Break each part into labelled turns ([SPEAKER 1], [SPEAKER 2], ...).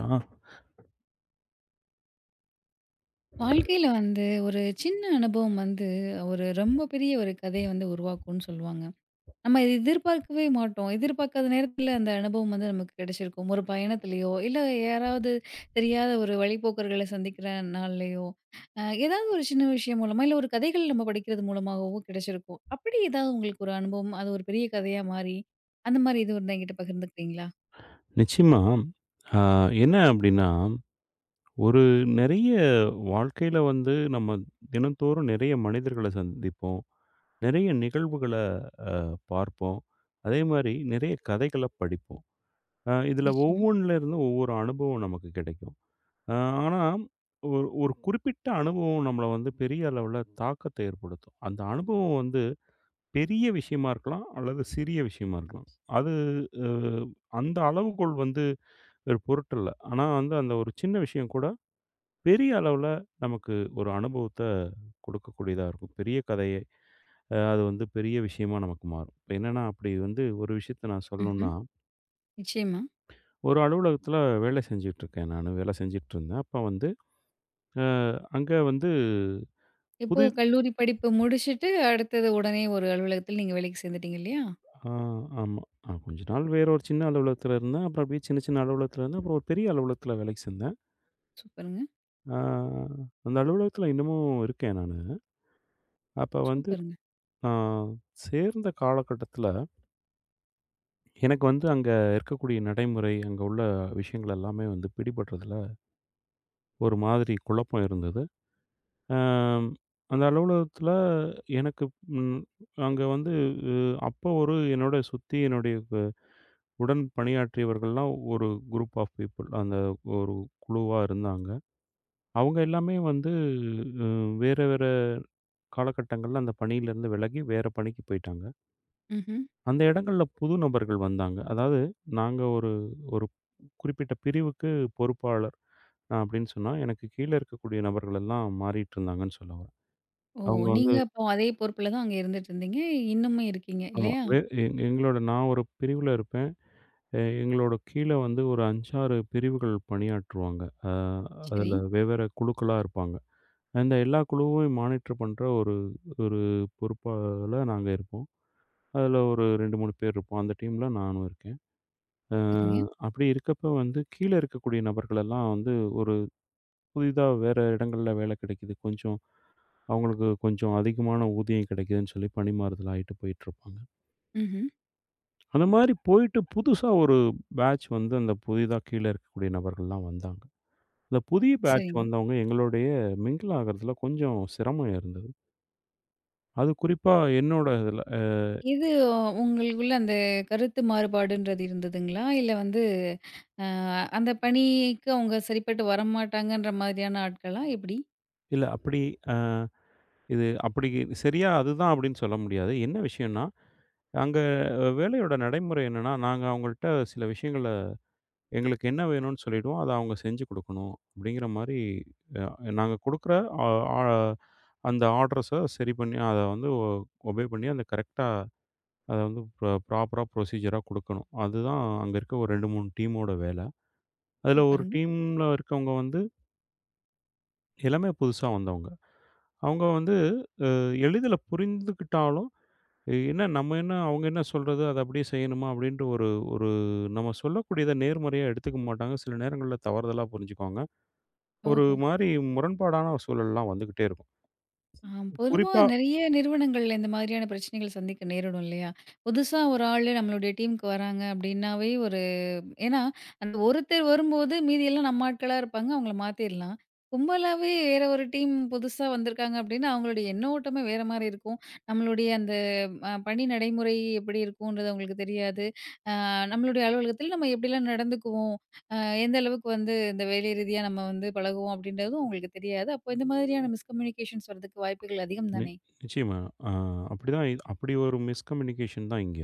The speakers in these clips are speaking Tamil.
[SPEAKER 1] Ah.
[SPEAKER 2] வாழ்க்கையில வந்து ஒரு சின்ன அனுபவம் வந்து ஒரு ரொம்ப பெரிய ஒரு கதைய வந்து உருவாக்கும்ன்னு சொல்லுவாங்க. நம்ம இத எதிர்பார்க்கவே மாட்டோம். எதிர்பார்க்காத நேரத்துல அந்த அனுபவம் வந்து நமக்கு கிடைச்சிருக்கும். ஒரு பயணத்திலயோ, இல்ல யாராவது தெரியாத ஒரு வழிப்போக்கர்கள சந்திக்கிற நாள்லயோ, அ ஏதாவது ஒரு சின்ன விஷயம் மூலமா, இல்ல ஒரு கதைகள் நம்ம படிக்கிறது மூலமாகவோ கிடைச்சிருக்கும். அப்படி ஏதாவது உங்களுக்கு ஒரு அனுபவம், அது ஒரு பெரிய கதையா மாறி, அந்த மாரி எதுவும் இருந்தா என்கிட்ட பகிர்ந்துக்கிறீங்களா?
[SPEAKER 1] நிச்சயமா. ஆ என்ன அப்டின்னா, ஒரு நெறைய வாழ்க்கையில வந்து நம்ம தினந்தோறும் நெறைய மனிதர்கள சந்திப்போம். நெறைய நிகழ்வுகள பார்ப்போம். அதேமாரி நெறைய கதைகள படிப்போம். இதில
[SPEAKER 2] நிச்சயமா.
[SPEAKER 1] ஒவ்வொன்ல இருந்தும் ஒவ்வொரு அனுபவம் நமக்கு கிடைக்கும். அ ஆனா, ஒரு ஒரு குறிப்பிட்ட அனுபவம் நம்மள வந்து பெரிய அளவுல தாக்கத்த ஏற்படுத்தும். அந்த அனுபவம் வந்து பெரிய விஷயமா இருக்கலாம், அல்லது சிறிய விஷயமா இருக்கலாம். அது அ அந்த அளவுகோல் வந்து ஒரு பொருட்டல்ல. ஆனா வந்து அந்த ஒரு சின்ன விஷயம் கூட பெரிய அளவுல நமக்கு ஒரு அனுபவத்த கொடுக்கக்கூடியதா இருக்கும். பெரிய கதையை அ அது வந்து பெரிய விஷயமா நமக்கு மாறும். இப்ப என்னன்னா, அப்படி வந்து ஒரு விஷயத்த நான் சொல்லணும்னா
[SPEAKER 2] ம்ஹ்ம். நிச்சயமா.
[SPEAKER 1] ஒரு அலுவலகத்தில வேலை செஞ்சுட்ருக்கேன் நானு. வேலை செஞ்சுட்ருந்தேன். அப்ப வந்து அ அங்க வந்து
[SPEAKER 2] இப்போ
[SPEAKER 1] புதி
[SPEAKER 2] கல்லூரி படிப்பு முடிச்சுட்டு, அடுத்தது உடனே ஒரு அலுவலகத்துல நீங்க வேலைக்கு சேர்ந்துட்டீங்க இல்லையா?
[SPEAKER 1] ஆ ஆமா. கொஞ்ச நாள் வேற ஒரு சின்ன அலுவலகத்தில இருந்தேன். அப்புறம் அப்படியே சின்ன, சின்ன அலுவலகத்தில இருந்தேன். அப்புறம் ஒரு பெரிய அலுவலகத்தில வேலைக்கு சேர்ந்தேன்.
[SPEAKER 2] சூப்பருங்க,
[SPEAKER 1] ஆ அந்த அலுவலகத்தில இன்னமும் இருக்கேன் நானு. அப்ப வந்து
[SPEAKER 2] சூப்பருங்க.
[SPEAKER 1] நான் சேர்ந்த காலகட்டத்தில, எனக்கு வந்து அங்க இருக்கக்கூடிய நடைமுறை, அங்க உள்ள விஷயங்கள் எல்லாமே வந்து பிடிபடுறதுல ஒரு மாதிரி குழப்பம் இருந்தது. அம் அந்த அலுவலகத்தில எனக்கு ம் அங்க வந்து அ அப்போ ஒரு என்னோட சுத்தி என்னுடைய கு உடன் பணியாற்றியவர்கள்லாம் ஒரு குரூப் ஆஃப் பீப்பிள். அந்த ஒரு குழுவா இருந்தாங்க. அவங்க எல்லாமே வந்து அ வேற வேற காலகட்டங்கள்ல அந்த பணியிலேருந்து விலகி வேற பணிக்கு போயிட்டாங்க.
[SPEAKER 2] ம்ஹ்ம்.
[SPEAKER 1] அந்த இடங்கள்ல புது நபர்கள் வந்தாங்க. அதாவது நாங்க ஒரு ஒரு குறிப்பிட்ட பிரிவுக்கு பொறுப்பாளர் அப்படின்னு சொன்னா, எனக்கு கீழ இருக்கக்கூடிய நபர்கள் எல்லாம் மாறிட்டு இருந்தாங்கன்னு சொல்ல வரேன்.
[SPEAKER 2] ஓ!
[SPEAKER 1] அவங்க வந்து
[SPEAKER 2] நீங்க அப்போ அதே பொறுப்புல தான் அங்க இருந்துட்டு இருந்தீங்க. இன்னமும் இருக்கீங்க
[SPEAKER 1] ஆமா.
[SPEAKER 2] இல்லையா?
[SPEAKER 1] வே எங் எங்களோட நான் ஒரு பிரிவுல இருப்பேன். எங்களோட கீழ வந்து ஒரு 5, 6 பிரிவுகள் பணியாற்றுவாங்க. அ
[SPEAKER 2] சரி,
[SPEAKER 1] அதுல வெவ்வேறு குழுக்களா இருப்பாங்க. அந்த எல்லா குழுவையும் மானிட்டர் பண்ற ஒரு ஒரு பொறுப்பால நாங்க இருப்போம். அதுல ஒரு 2, 3 பேர் இருப்போம். அந்த டீம்ல நானும் இருக்கேன். அ
[SPEAKER 2] சரிங்க.
[SPEAKER 1] ம். அப்படி இருக்கப்ப வந்து கீழ இருக்கக்கூடிய நபர்கள் எல்லாம் வந்து ஒரு புதிதா வேற இடங்கள்ல வேலை கிடைக்குது. கொஞ்சம் அவங்களுக்கு கொஞ்சம் அதிகமான ஊதியம் கிடைக்குதுன்னு சொல்லி பணிமாறுதல் ஆயிட்டு போயிட்டுருப்பாங்க.
[SPEAKER 2] ம்ஹ்ம்.
[SPEAKER 1] அந்த மாரி போயிட்டு புதுசா ஒரு பேட்ச் வந்து அந்த புதிதா கீழ இருக்கக்கூடிய நபர்கள்லாம் வந்தாங்க. இந்த புதிய பேட்ச்
[SPEAKER 2] சரிங்க.
[SPEAKER 1] வந்தவங்க எங்களுடைய மிங்கில் ஆகுறதுல கொஞ்சம் சிரமம் இருந்தது. அது குறிப்பா என்னோட இதுல
[SPEAKER 2] இது உங்களுக்குள்ள அந்த கருத்து மாறுபாடுன்றது இருந்ததுங்களா? இல்ல வந்து அ அந்த பணிக்கு அவங்க சரிப்பட்டு வரமாட்டாங்கன்ற மாதிரியான ஆட்களா? எப்படி?
[SPEAKER 1] இல்ல அப்படி அ இது அப்படி சரியா அதுதான் அப்படின்னு சொல்ல முடியாது. என்ன விஷயம்ன்னா, அங்க வேலையோட நடைமுறை என்னன்னா, நாங்க அவங்கள்ட்ட சில விஷயங்கள எங்களுக்கு என்ன வேணும்னு சொல்லிடுவோம். அத அவங்க செஞ்சு குடுக்கணும் அப்படிங்கிற மாரி நாங்க குடுக்குற ஆ ஆ அந்த ஆர்டர்ஸ சரி பண்ணி, அத வந்து ஒபே பண்ணி, அந்த கரெக்ட்டா அத வந்து ப்ராப்பரா ப்ரொசீஜரா குடுக்கணும். அதுதான் அங்க இருக்க ஒரு 2, 3 டீமோட வேல. அதுல ஒரு
[SPEAKER 2] சூப்பருங்க.
[SPEAKER 1] டீம்ல இருக்கவங்க வந்து எல்லாமே புதுசா வந்தவங்க. அவங்க வந்து அ எளிதில புரிந்துக்கிட்டாலும், என்ன நம்ம என்ன அவங்க என்ன சொல்றது? அத அப்படியே செய்யணுமா? அப்படின்ட்டு ஒரு ஒரு நம்ம சொல்லக்கூடியத நேர்மறையா எடுத்துக்க மாட்டாங்க. சில நேரங்கள்ல தவறுதலா புரிஞ்சுக்குவாங்க. ஒரு
[SPEAKER 2] ஓஹோ!
[SPEAKER 1] மாரி முரண்பாடான ஒரு சூழல்லாம் வந்துகிட்டே இருக்கும்.
[SPEAKER 2] ஆ, பொதுவா
[SPEAKER 1] குறிப்பா
[SPEAKER 2] நிறைய நிறுவனங்கள்ல இந்த மாதிரியான பிரச்சனைகள் சந்திக்க நேரிடும் இல்லையா? புதுசா ஒரு ஆளு நம்மளுடைய டீமுக்கு வராங்க அப்படின்னாவே, ஏன்னா, அந்த ஒருத்தர் வரும்போது மீதி எல்லாம் நம்ம ஆட்களா இருப்பாங்க. அவங்கள மாத்திர்லாம். கும்பலாவே வேற ஒரு டீம் புதுசா வந்திருக்காங்க அப்டின்னா, அவங்களுடைய எண்ண ஓட்டமே வேற மாரி இருக்கும். நம்மளுடைய அந்த பணி நடைமுறை எப்படி இருக்கும்ன்றது அவங்களுக்கு தெரியாது. அ நம்மளுடைய அலுவலகத்தில நம்ம எப்படிலாம் நடந்துக்குவோம், அ எந்த அளவுக்கு வந்து இந்த வேலை ரீதியா நம்ம வந்து பழகுவோம் அப்படின்றதும் அவங்களுக்கு தெரியாது. அப்போ இந்த மாதிரியான மிஸ்கம்யூனிகேஷன்ஸ் வரதுக்கு வாய்ப்புகள் அதிகம்
[SPEAKER 1] நி
[SPEAKER 2] தானே?
[SPEAKER 1] நிச்சயமா. அ அப்படிதான் அப்படி ஒரு மிஸ்கம்யூனிகேஷன் தான் இங்க.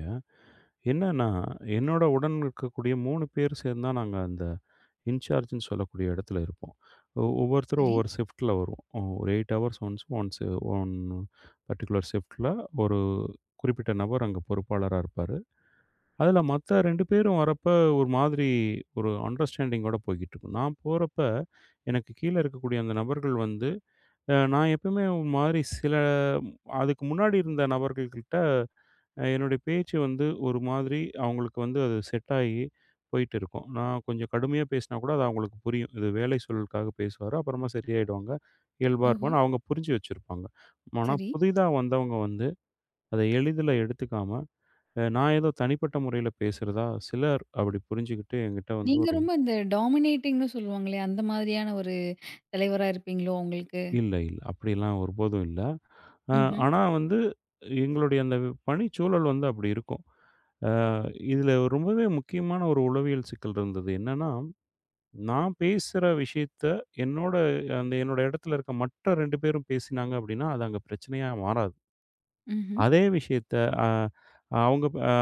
[SPEAKER 1] என்னன்னா, என்னோட உடன் இருக்கக்கூடிய 3 பேர் சேர்ந்து தான் நாங்க அந்த இன்சார்ஜ்ன்னு சொல்லக்கூடிய இடத்துல இருப்போம். ஒவ்வொருத்தரும்
[SPEAKER 2] சரி.
[SPEAKER 1] ஒவ்வொரு ஷிஃப்ட்ல வருவோம். ஒரு 8 hours once once one particular ஷிஃப்ட்ல ஒரு குறிப்பிட்ட நபர் அங்க பொறுப்பாளரா இருப்பாரு. அதுல மத்த 2 பேரும் வரப்ப ஒரு மாதிரி ஒரு அண்டர்ஸ்டாண்டிங்கோட போய்க்கிட்டுருக்கும். நான் போறப்ப எனக்கு கீழ இருக்கக்கூடிய அந்த நபர்கள் வந்து நான் எப்பயுமே ஒரு மாரி சில அதுக்கு முன்னாடி இருந்த நபர்கள்கிட்ட என்னுடைய பேச்சு வந்து ஒரு மாதிரி அவங்களுக்கு வந்து அது செட் ஆகி போயிட்டு இருக்கும். நான் கொஞ்சம் கடுமையா பேசினா கூட அது அவங்களுக்கு புரியும். இது வேலை சூழலுக்காக பேசுவாரு. அப்புறமா சரியாயிடுவாங்க. இயல்பா
[SPEAKER 2] ஓஹோ!
[SPEAKER 1] இருப்பான்னு அவங்க புரிஞ்சு வச்சிருப்பாங்க. ஆனா
[SPEAKER 2] சரி.
[SPEAKER 1] புதிதா வந்தவங்க வந்து அத எளிதில எடுத்துக்காம, நான் ஏதோ தனிப்பட்ட முறையில பேசுறதா சிலர் அப்படி புரிஞ்சுகிட்டு என்கிட்ட வந்து
[SPEAKER 2] நீங்க
[SPEAKER 1] ஒரு
[SPEAKER 2] ரொம்ப இந்த டாமினேட்டிங்ன்னு சொல்லுவாங்களே, அந்த மாதிரியான ஒரு தலைவரா இருப்பீங்களோ உங்களுக்கு?
[SPEAKER 1] இல்ல, இல்ல. அப்படிலாம் ஒருபோதும் இல்ல. அ
[SPEAKER 2] ம்ஹ்ம்.
[SPEAKER 1] ஆனா வந்து, எங்களுடைய அந்த பணிச்சூழல் வந்து அப்படி இருக்கும். அ இதில ரொம்பவே முக்கியமான ஒரு உளவியல் சிக்கல் இருந்தது. என்னன்னா, நான் பேசுற விஷயத்த என்னோட அந்த என்னோட இடத்துல இருக்க மற்ற 2 பேரும் பேசினாங்க அப்படின்னா, அது அங்க பிரச்சனையா மாறாது.
[SPEAKER 2] ம்ஹ்ம்.
[SPEAKER 1] அதே விஷயத்த அ அவங்க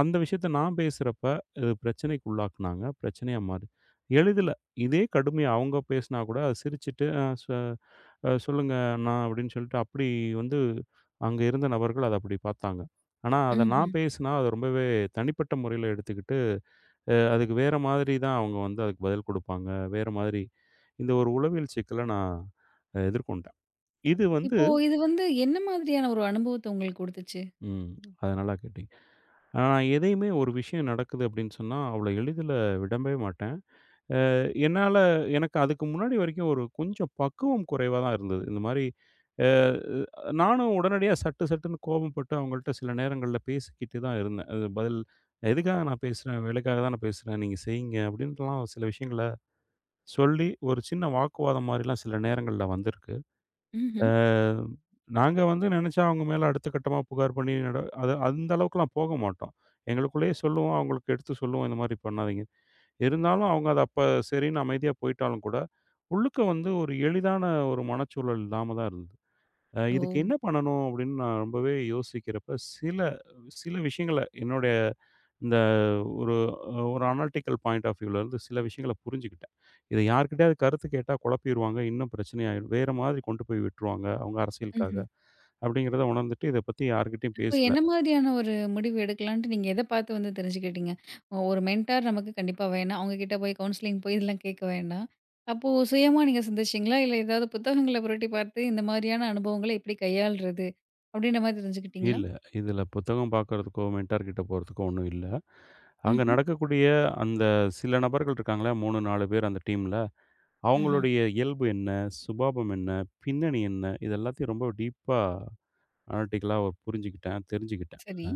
[SPEAKER 1] அந்த விஷயத்த நான் பேசுறப்ப அது பிரச்சனைக்கு உள்ளாக்குனாங்க. பிரச்சனையா மாறு எளிதில இதே கடுமையா அவங்க பேசினா கூட அத சிரிச்சுட்டு, "அ சொ அ சொல்லுங்க அண்ணா" அப்படின்னு சொல்லிட்டு அப்படி வந்து அங்க இருந்த நபர்கள் அத அப்படி பார்த்தாங்க. ஆனா அத
[SPEAKER 2] ம்ஹ்ம்.
[SPEAKER 1] நான் பேசினா அத ரொம்பவே தனிப்பட்ட முறையில எடுத்துக்கிட்டு, அதுக்கு வேற மாதிரி தான் அவங்க வந்து அதுக்கு பதில் குடுப்பாங்க. வேற மாதிரி இந்த ஒரு உளவியல் சிக்கல நான் எதிர்கொண்டேன். இது வந்து
[SPEAKER 2] இப்போ இது வந்து என்ன மாதிரியான ஒரு அனுபவத்த உங்களுக்கு குடுத்துச்சு?
[SPEAKER 1] ம். அது நல்லா கேட்டீங்க. ஆனா, நான் எதையுமே ஒரு விஷயம் நடக்குது அப்படின்னு சொன்னா, அவ்வளோ எளிதில விடவே மாட்டேன். என்னால எனக்கு அதுக்கு முன்னாடி வரைக்கும் ஒரு கொஞ்சம் பக்குவம் குறைவா தான் இருந்தது. இந்த மாரி அ நானும் உடனடியா சட்டு சட்டுன்னு கோபப்பட்டு அவங்கள்ட்ட சில நேரங்கள்ல பேசிக்கிட்டு தான் இருந்தேன். அது பதில் "எதுக்காக நான் பேசுறேன்? வேலைக்காக தான் நான் பேசுறேன். நீங்க செய்யுங்க." அப்படின்ட்டுலாம் சில விஷயங்கள சொல்லி, ஒரு சின்ன வாக்குவாதம் மாரிலாம் சில நேரங்கள்ல வந்திருக்கு.
[SPEAKER 2] ம்ஹ்ம்.
[SPEAKER 1] அ நாங்க வந்து நெனச்சா அவங்க மேல அடுத்த கட்டமா புகார் பண்ணி அது அந்த அளவுக்குலாம் போக மாட்டோம். எங்களுக்குள்ளேயே சொல்லுவோம், அவங்களுக்கு எடுத்து சொல்லுவோம், இந்த மாரி பண்ணாதீங்க. இருந்தாலும் அவங்க அது அப்ப சரின்னு அமைதியா போயிட்டாலும் கூட, உள்ளுக்க வந்து ஒரு எளிதான ஒரு மனச்சூழல் இல்லாம தான் இருந்தது.
[SPEAKER 2] ஓ!
[SPEAKER 1] இதுக்கு என்ன பண்ணணும் அப்படின்னு நான் ரொம்பவே யோசிக்கிறப்ப, சில சில விஷயங்கள என்னுடைய இந்த ஒரு ஒரு அனாலிட்டிக்கல் பாயிண்ட் ஆஃப் வியூல இருந்து சில விஷயங்கள புரிஞ்சுக்கிட்டேன். இத யார்கிட்டயாவது கருத்து கேட்டா குழப்பிருவாங்க. இன்னும் பிரச்சனையாயிடும். வேற மாதிரி கொண்டு போய் விட்டுருவாங்க. அவங்க அரசியலுக்காக.
[SPEAKER 2] ம்ஹ்ம்.
[SPEAKER 1] அப்படிங்கிறத உணர்ந்துட்டு இத பத்தி யார்கிட்டயும்
[SPEAKER 2] அப்போ
[SPEAKER 1] பேசல.
[SPEAKER 2] என்ன மாதிரியான ஒரு முடிவு எடுக்கலான்ட்டு நீங்க எத பார்த்து வந்து தெரிஞ்சுக்கிட்டீங்க? ஒ ஒரு மென்டார் நமக்கு கண்டிப்பா வேணாம். அவங்க கிட்ட போய் கவுன்சிலிங் போய் இதெல்லாம் கேட்க வேண்டாம். அப்போ சுயமா நீங்க சிந்திச்சீங்களா? இல்ல ஏதாவது புத்தகங்கள புரட்டி பார்த்து இந்த மாதிரியான அனுபவங்கள எப்படி கையாள்றது? அப்படின்ற மாரி தெரிஞ்சுக்கிட்டீங்களா?
[SPEAKER 1] இல்ல. இதுல புத்தகம் பார்க்கறதுக்கோ, மென்டார் கிட்ட போறதுக்கோ ஒண்ணும் இல்ல. அங்க
[SPEAKER 2] ம்ஹ்ம்.
[SPEAKER 1] நடக்கக்கூடிய அந்த சில நபர்கள் இருக்காங்களா, 3, 4 பேர் அந்த டீம்ல.
[SPEAKER 2] ஆஹா.
[SPEAKER 1] அவங்களுடைய இயல்பு என்ன? சுபாவம் என்ன? பின்னணி என்ன? இது எல்லாத்தையும் ரொம்ப டீப்பா அனாலிட்டிக்கலா புரிஞ்சுக்கிட்டேன், தெரிஞ்சுக்கிட்டேன்.
[SPEAKER 2] சரி.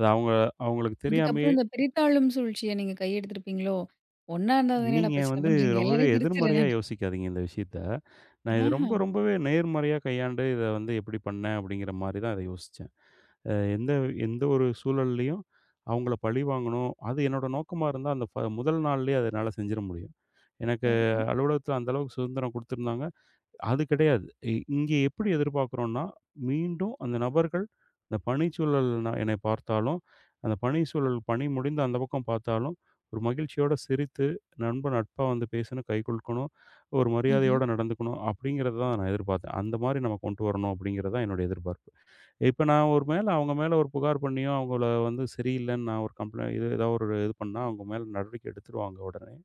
[SPEAKER 1] அது அவங்க அவங்களுக்கு தெரியாமயே
[SPEAKER 2] அதுக்கப்புறம் இந்த பிரித்தாளும் சூழ்ச்சிய நீங்க கையெடுத்திருப்பீங்களோ? ஒண்ணா இருந்தா அது என்னடா
[SPEAKER 1] நீங்க
[SPEAKER 2] பிரச்சனை
[SPEAKER 1] வந்து
[SPEAKER 2] பண்றீங்க?
[SPEAKER 1] ரொம்பவே
[SPEAKER 2] எல்லாரையும் பிரிச்சுறேன்
[SPEAKER 1] எதிர்மறையா
[SPEAKER 2] நான்.
[SPEAKER 1] யோசிக்காதீங்க இந்த விஷயத்த. நான் இது
[SPEAKER 2] ஆஹா.
[SPEAKER 1] ரொம்ப ரொம்பவே நேர்மறையா கையாண்டு இத வந்து எப்படி பண்ணேன் அப்படிங்கிற மாரி தான் இத யோசிச்சேன். அ எந்த எந்த ஒரு சூழல்லயும் அவங்கள பழி வாங்கணும். அது என்னோட நோக்கமா இருந்தா அந்த முதல் நாள்லயே அத என்னால செஞ்சிட முடியும். எனக்கு
[SPEAKER 2] ஓஹோ!
[SPEAKER 1] அலுவலகத்துல அந்த அளவுக்கு சுதந்திரம் குடுத்திருந்தாங்க. அது கிடையாது. இங்கே எப்படி எதிர்பார்க்கிறோம்னா, மீண்டும் அந்த நபர்கள் அந்த பணிச்சூழல் நான் என்னை பார்த்தாலும், அந்த பணி சூழல் பணி முடிந்து அந்த பக்கம் பார்த்தாலும், ஒரு மகிழ்ச்சியோட சிரித்து, நண்பன் நட்பா வந்து பேசணும், கை குலுக்கணும், ஒரு
[SPEAKER 2] ம்ஹ்ம்.
[SPEAKER 1] மரியாதையோட நடந்துக்கணும் அப்படிங்கிறத தான் நான் எதிர்பார்த்தேன். அந்த மாரி நம்ம கொண்டு வரணும் அப்படிங்கிறது தான் என்னுடைய எதிர்பார்ப்பு. இப்ப நான் ஒரு மேல அவங்க மேல ஒரு புகார் பண்ணியோ, அவங்கள வந்து சரியில்லன்னு நான் ஒரு கம்ப்ளெயின் இது ஏதாவது ஒரு இது பண்ணா, அவங்க மேல நடவடிக்கை எடுத்துருவாங்க உடனே.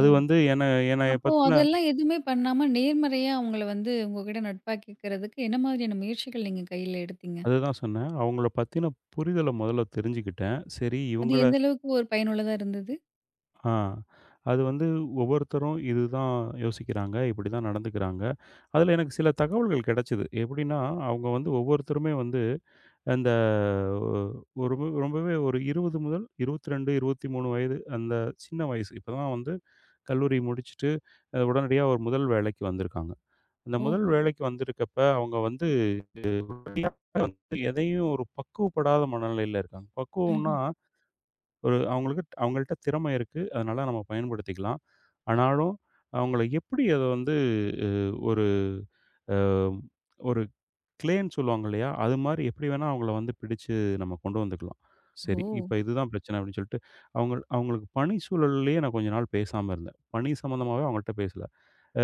[SPEAKER 2] ஓ!
[SPEAKER 1] வந்து என்ன என்னைய
[SPEAKER 2] அப்போ
[SPEAKER 1] பத்தின
[SPEAKER 2] அதெல்லாம் எதுவுமே பண்ணாம நேர்மறையா அவங்கள வந்து உங்ககிட்ட நட்பாக்கிக்கிறதுக்கு என்ன மாதிரியான முயற்சிகள் நீங்க கையில எடுத்தீங்க?
[SPEAKER 1] அதுதான் சொன்னேன். அவங்கள பத்தின புரிதல முதல்ல தெரிஞ்சுக்கிட்டேன். சரி
[SPEAKER 2] அது
[SPEAKER 1] இவங்கள
[SPEAKER 2] எந்த அளவுக்கு ஒரு பயனுள்ளதா இருந்தது?
[SPEAKER 1] ஆ அது வந்து ஒவ்வொருத்தரும் இதுதான் யோசிக்கிறாங்க, இப்படிதான் நடந்துக்கிறாங்க. அதில எனக்கு சில தகவல்கள் கிடைச்சது. எப்படின்னா, அவங்க வந்து ஒவ்வொருத்தருமே வந்து அந்த ஒரு ரொம்பவே ஒரு 20 முதல் 22, 23 வயது அந்த சின்ன வயசு. இப்பதான் வந்து கல்லூரி முடிச்சுட்டு உடனடியா ஒரு முதல் வேலைக்கு வந்திருக்காங்க. அந்த முதல்
[SPEAKER 2] ஓஹோ!
[SPEAKER 1] வேலைக்கு வந்திருக்கப்ப அவங்க வந்து எதையும் ஒரு பக்குவப்படாத மனநிலையில இருக்காங்க. பக்குவம்னா
[SPEAKER 2] ம்ஹ்ம்.
[SPEAKER 1] ஒரு அவங்களுக்கு அவங்கள்ட்ட திறமை இருக்கு. அதனால நம்ம பயன்படுத்திக்கலாம். ஆனாலும் அவங்கள எப்படி அத வந்து அ ஒரு அ ஒரு கிளேன்னு சொல்லுவாங்க இல்லையா? அது மாரி எப்படி வேணா அவங்கள வந்து பிடிச்சு நம்ம கொண்டு வந்துக்கலாம்.
[SPEAKER 2] ஓ!
[SPEAKER 1] சரி, இப்ப இதுதான் பிரச்சனை அப்படின்னு சொல்லிட்டு, அவங்க அவங்களுக்கு பணி சூழல்லயே நான் கொஞ்ச நாள் பேசாம இருந்தேன். பணி சம்மந்தமாவே அவங்கள்ட்ட பேசல. அ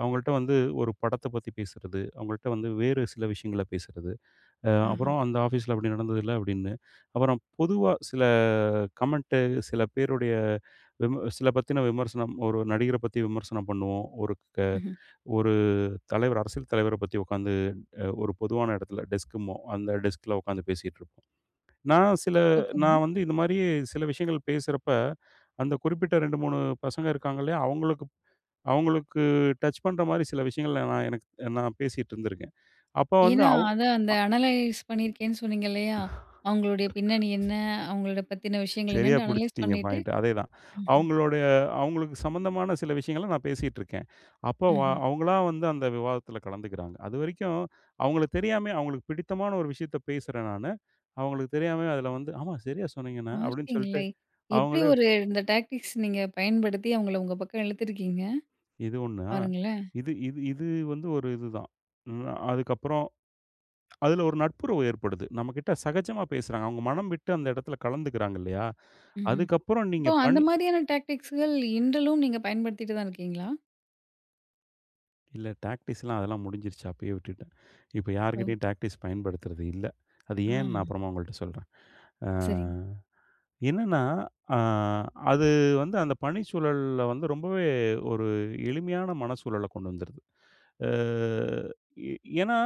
[SPEAKER 1] அவங்கள்ட்ட வந்து ஒரு படத்த பத்தி பேசுறது, அவங்கள்ட்ட வந்து வேறு சில விஷயங்கள பேசுறது.
[SPEAKER 2] ஆஹா.
[SPEAKER 1] அப்புறம் அந்த ஆஃபீஸில அப்படி நடந்ததில்ல அப்படின்னு. அப்புறம் பொதுவா சில கமெண்ட்டு, சில பேருடைய சில பத்தின விமர்சனம், ஒரு நடிகர பத்தி விமர்சனம் பண்ணுவோம்.
[SPEAKER 2] ம்ஹ்ம்.
[SPEAKER 1] ஒரு தலைவர், அரசியல் தலைவர பத்தி உட்காந்து ஒரு பொதுவான இடத்துல டெஸ்க்கும்போம். அந்த டெஸ்க்ல உட்காந்து பேசிட்டுருப்போம். நான் சில
[SPEAKER 2] சூப்பருங்க.
[SPEAKER 1] நான் வந்து இந்த மாரி சில விஷயங்கள் பேசுறப்ப, அந்த குறிப்பிட்ட 2, 3 பசங்க இருக்காங்க இல்லையா? அவங்களுக்கு அவங்களுக்கு டச் பண்ற மாரி சில விஷயங்கள நான் பேசிட்டு இருந்திருக்கேன். அப்ப வந்து
[SPEAKER 2] ஏன்னா, அதான் அந்த அனலைஸ் பண்ணியிருக்கேன்னு சொன்னீங்க இல்லையா? அவங்களுடைய பின்னணி என்ன? அவங்கள பத்தின விஷயங்கள்
[SPEAKER 1] சரியா
[SPEAKER 2] என்னன்ட்டு அனலைஸ்
[SPEAKER 1] பிடிச்சிட்டீங்க
[SPEAKER 2] பண்ணிட்டு
[SPEAKER 1] பாயிண்ட். அதேதான்.
[SPEAKER 2] ம்ஹ்ம்.
[SPEAKER 1] அவங்களுடைய அவங்களுக்கு சம்மந்தமான சில விஷயங்கள நான் பேசிட்டு இருக்கேன். அப்போ
[SPEAKER 2] ம்ஹ்ம்.
[SPEAKER 1] அவங்களா வந்து அந்த விவாதத்தில கலந்துக்கிறாங்க. அதுவரைக்கும் அவங்களுக்கு தெரியாமயே அவங்களுக்கு பிடித்தமான ஒரு விஷயத்த பேசுறேன் நானு. அவங்களுக்கு தெரியாமயே அதில வந்து, "ஆமா சரியா சொன்னீங்கண்ணே" அப்படின்னு சொல்லிட்டு
[SPEAKER 2] பார்க்கிங்லை. எப்படி
[SPEAKER 1] அவங்களே
[SPEAKER 2] ஒரு இந்த டாக்டிக்ஸ் நீங்க பயன்படுத்தி அவங்கள உங்க பக்கம் இழுத்துருக்கீங்க
[SPEAKER 1] இது ஒண்ணா,
[SPEAKER 2] பாருங்களேன்.
[SPEAKER 1] இது இது இது வந்து ஒரு இதுதான். ம். அதுக்கப்புறம் அதில ஒரு நட்புறவு ஏற்படுது. நம்மகிட்ட சகஜமா பேசுறாங்க. அவங்க மனம் விட்டு அந்த இடத்துல கலந்துக்கிறாங்க இல்லையா?
[SPEAKER 2] ம்ஹ்ம்.
[SPEAKER 1] அதுக்கப்புறம்
[SPEAKER 2] இப்போ
[SPEAKER 1] நீங்க
[SPEAKER 2] அந்த
[SPEAKER 1] பண்
[SPEAKER 2] மாரியான டாக்டிக்ஸ்கள் இன்றளவும் நீங்க பயன்படுத்திட்டு தான் இருக்கீங்களா?
[SPEAKER 1] இல்ல டாக்டிஸ்லாம் அதெல்லாம் முடிஞ்சிருச்சு. அப்பயே விட்டுட்டேன். இப்ப
[SPEAKER 2] ஓ!
[SPEAKER 1] யார்கிட்டயும் டாக்டிஸ் பயன்படுத்துறது இல்ல. அது
[SPEAKER 2] ஆ
[SPEAKER 1] ஏன்னு நான் அப்புறமா உங்கள்ட்ட சொல்றேன். அ.
[SPEAKER 2] சரிங்க.
[SPEAKER 1] என்னன்னா, அ அது வந்து அந்த பணிச்சூழல்ல வந்து ரொம்பவே ஒரு எளிமையான மனச்சூழல கொண்டு வந்துருது. அ எ ஏன்னா,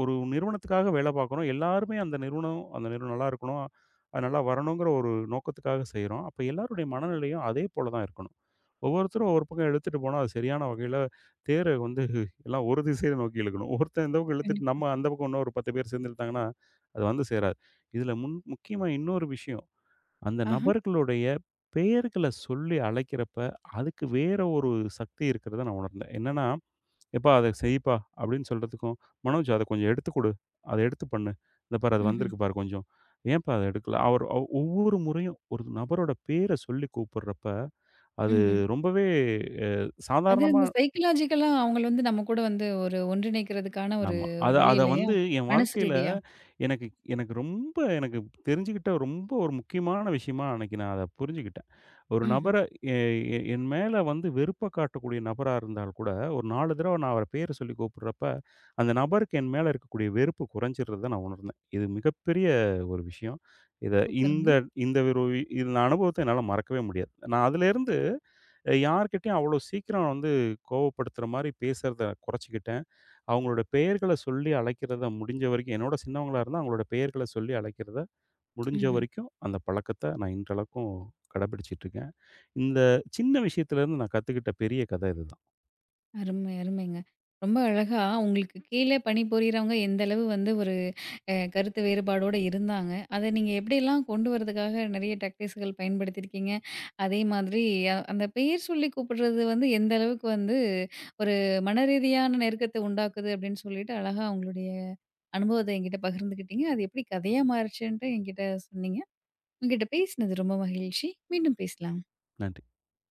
[SPEAKER 1] ஒரு நிறுவனத்துக்காக வேலை பார்க்குறோம். எல்லாருமே அந்த நிறுவனம் நல்லா இருக்கணும், அது நல்லா வரணுங்கிற ஒரு நோக்கத்துக்காக செய்றோம். அப்ப எல்லாருடைய மனநிலையும் அதே போல தான் இருக்கணும். ஒவ்வொருத்தரும் ஒவ்வொரு பக்கம் இழுத்துட்டு போனா, அது சரியான வகையில தேர வந்து எல்லாம் ஒரு திசைய நோக்கி இழுக்கணும். ஒருத்தன் இந்த பக்கம் இழுத்துட்டு
[SPEAKER 2] கண்டிப்பா.
[SPEAKER 1] நம்ம அந்த பக்கம் இன்னும் ஒரு 10 பேர் சேர்ந்துட்டாங்கன்னா, அது வந்து சேராது. இதுல முக்கியமா இன்னொரு விஷயம். அந்த
[SPEAKER 2] ஆஹா.
[SPEAKER 1] நபர்களுடைய பெயர்கள சொல்லி அழைக்கிறப்ப, அதுக்கு வேற ஒரு சக்தி இருக்கிறத நான் உணர்ந்தேன். என்னன்னா, "எப்பா அத செய்ப்பா" அப்படின்னு சொல்றதுக்கும், "மனோஜ் அத கொஞ்சம் எடுத்து குடு. அத எடுத்து பண்ணு. இந்த பாரு அது
[SPEAKER 2] ம்ஹ்ம்.
[SPEAKER 1] வந்திருக்கு பாரு கொஞ்சம். ஏன்ப்பா அத எடுக்கல?" அவர் அவ் ஒவ்வொரு முறையும் ஒரு நபரோட பேர சொல்லி கூப்பிடுறப்ப, அது
[SPEAKER 2] ம்ஹ்ம்.
[SPEAKER 1] ரொம்பவே அ
[SPEAKER 2] அது
[SPEAKER 1] சாதாரணமா
[SPEAKER 2] இந்த சைக்காலஜிக்கலா அவங்கள வந்து நம்ம கூட வந்து ஒரு ஒன்றிணைக்கிறதுக்கான ஒரு
[SPEAKER 1] ஆமா. அத
[SPEAKER 2] வழி
[SPEAKER 1] அத
[SPEAKER 2] இல்லையா?
[SPEAKER 1] வந்து என்
[SPEAKER 2] மனசு
[SPEAKER 1] வாழ்க்கையில
[SPEAKER 2] ரீதியா?
[SPEAKER 1] எனக்கு எனக்கு ரொம்ப எனக்கு தெரிஞ்சுக்கிட்ட ரொம்ப ஒரு முக்கியமான விஷயமா அன்னைக்கு நான் அத புரிஞ்சுகிட்டேன். ஒரு
[SPEAKER 2] ம்ஹ்ம்.
[SPEAKER 1] நபர எ எ என் மேல வந்து வெறுப்ப காட்டக்கூடிய நபரா இருந்தால் கூட, ஒரு 4 தடவ நான் அவர பேர சொல்லி கூப்பிடுறப்ப, அந்த நபருக்கு என் மேல இருக்கக்கூடிய வெறுப்பு குறைஞ்சிடுறத நான் உணர்ந்தேன். இது மிகப்பெரிய ஒரு விஷயம். இத
[SPEAKER 2] சூப்பருங்க.
[SPEAKER 1] இந்த இந்த ஒரு இந்த அனுபவத்த என்னால மறக்கவே முடியாது. நான் அதிலேருந்து யார்கிட்டயும் அவ்வளோ சீக்கிரம் வந்து கோவப்படுத்துற மாரி பேசுறத குறைச்சுக்கிட்டேன். அவங்களோட பெயர்கள சொல்லி அழைக்கிறத முடிஞ்ச வரைக்கும் என்னோட சின்னவங்களா இருந்தா அவங்களோட பெயர்கள சொல்லி அழைக்கிறத முடிஞ்ச
[SPEAKER 2] ம்ஹ்ம்.
[SPEAKER 1] வரைக்கும் அந்த பழக்கத்த நான் இன்றளவுக்கும் கடைபிடிச்சிட்டு இருக்கேன். இந்த சின்ன விஷயத்திலேருந்து நான் கத்துக்கிட்ட பெரிய கதை இதுதான்.
[SPEAKER 2] அருமை, அருமைங்க. ரொம்ப அழகா உங்களுக்கு கீழே பணிபுரியறவங்க எந்த அளவு வந்து ஒரு கருத்து வேறுபாடோட இருந்தாங்க. அத நீங்க எப்படிலாம் கொண்டு வரதுக்காக நெறைய டாக்டிக்ஸ்கள் பயன்படுத்தியிருக்கீங்க? அதே மாதிரி அந்த பெயர் சொல்லி கூப்பிடுறது வந்து எந்த அளவுக்கு வந்து ஒரு மனரீதியான நெருக்கத்த உண்டாக்குது அப்படின்னு சொல்லிட்டு அழகா உங்களுடைய அனுபவத்த என்கிட்ட பகிர்ந்துக்கிட்டீங்க. அது எப்படி கதையா மாறுச்சுன்ட்டு என்கிட்ட சொன்னீங்க. உங்ககிட்ட பேசினது ரொம்ப மகிழ்ச்சி. மீண்டும் பேசலாம்.
[SPEAKER 1] நன்றி.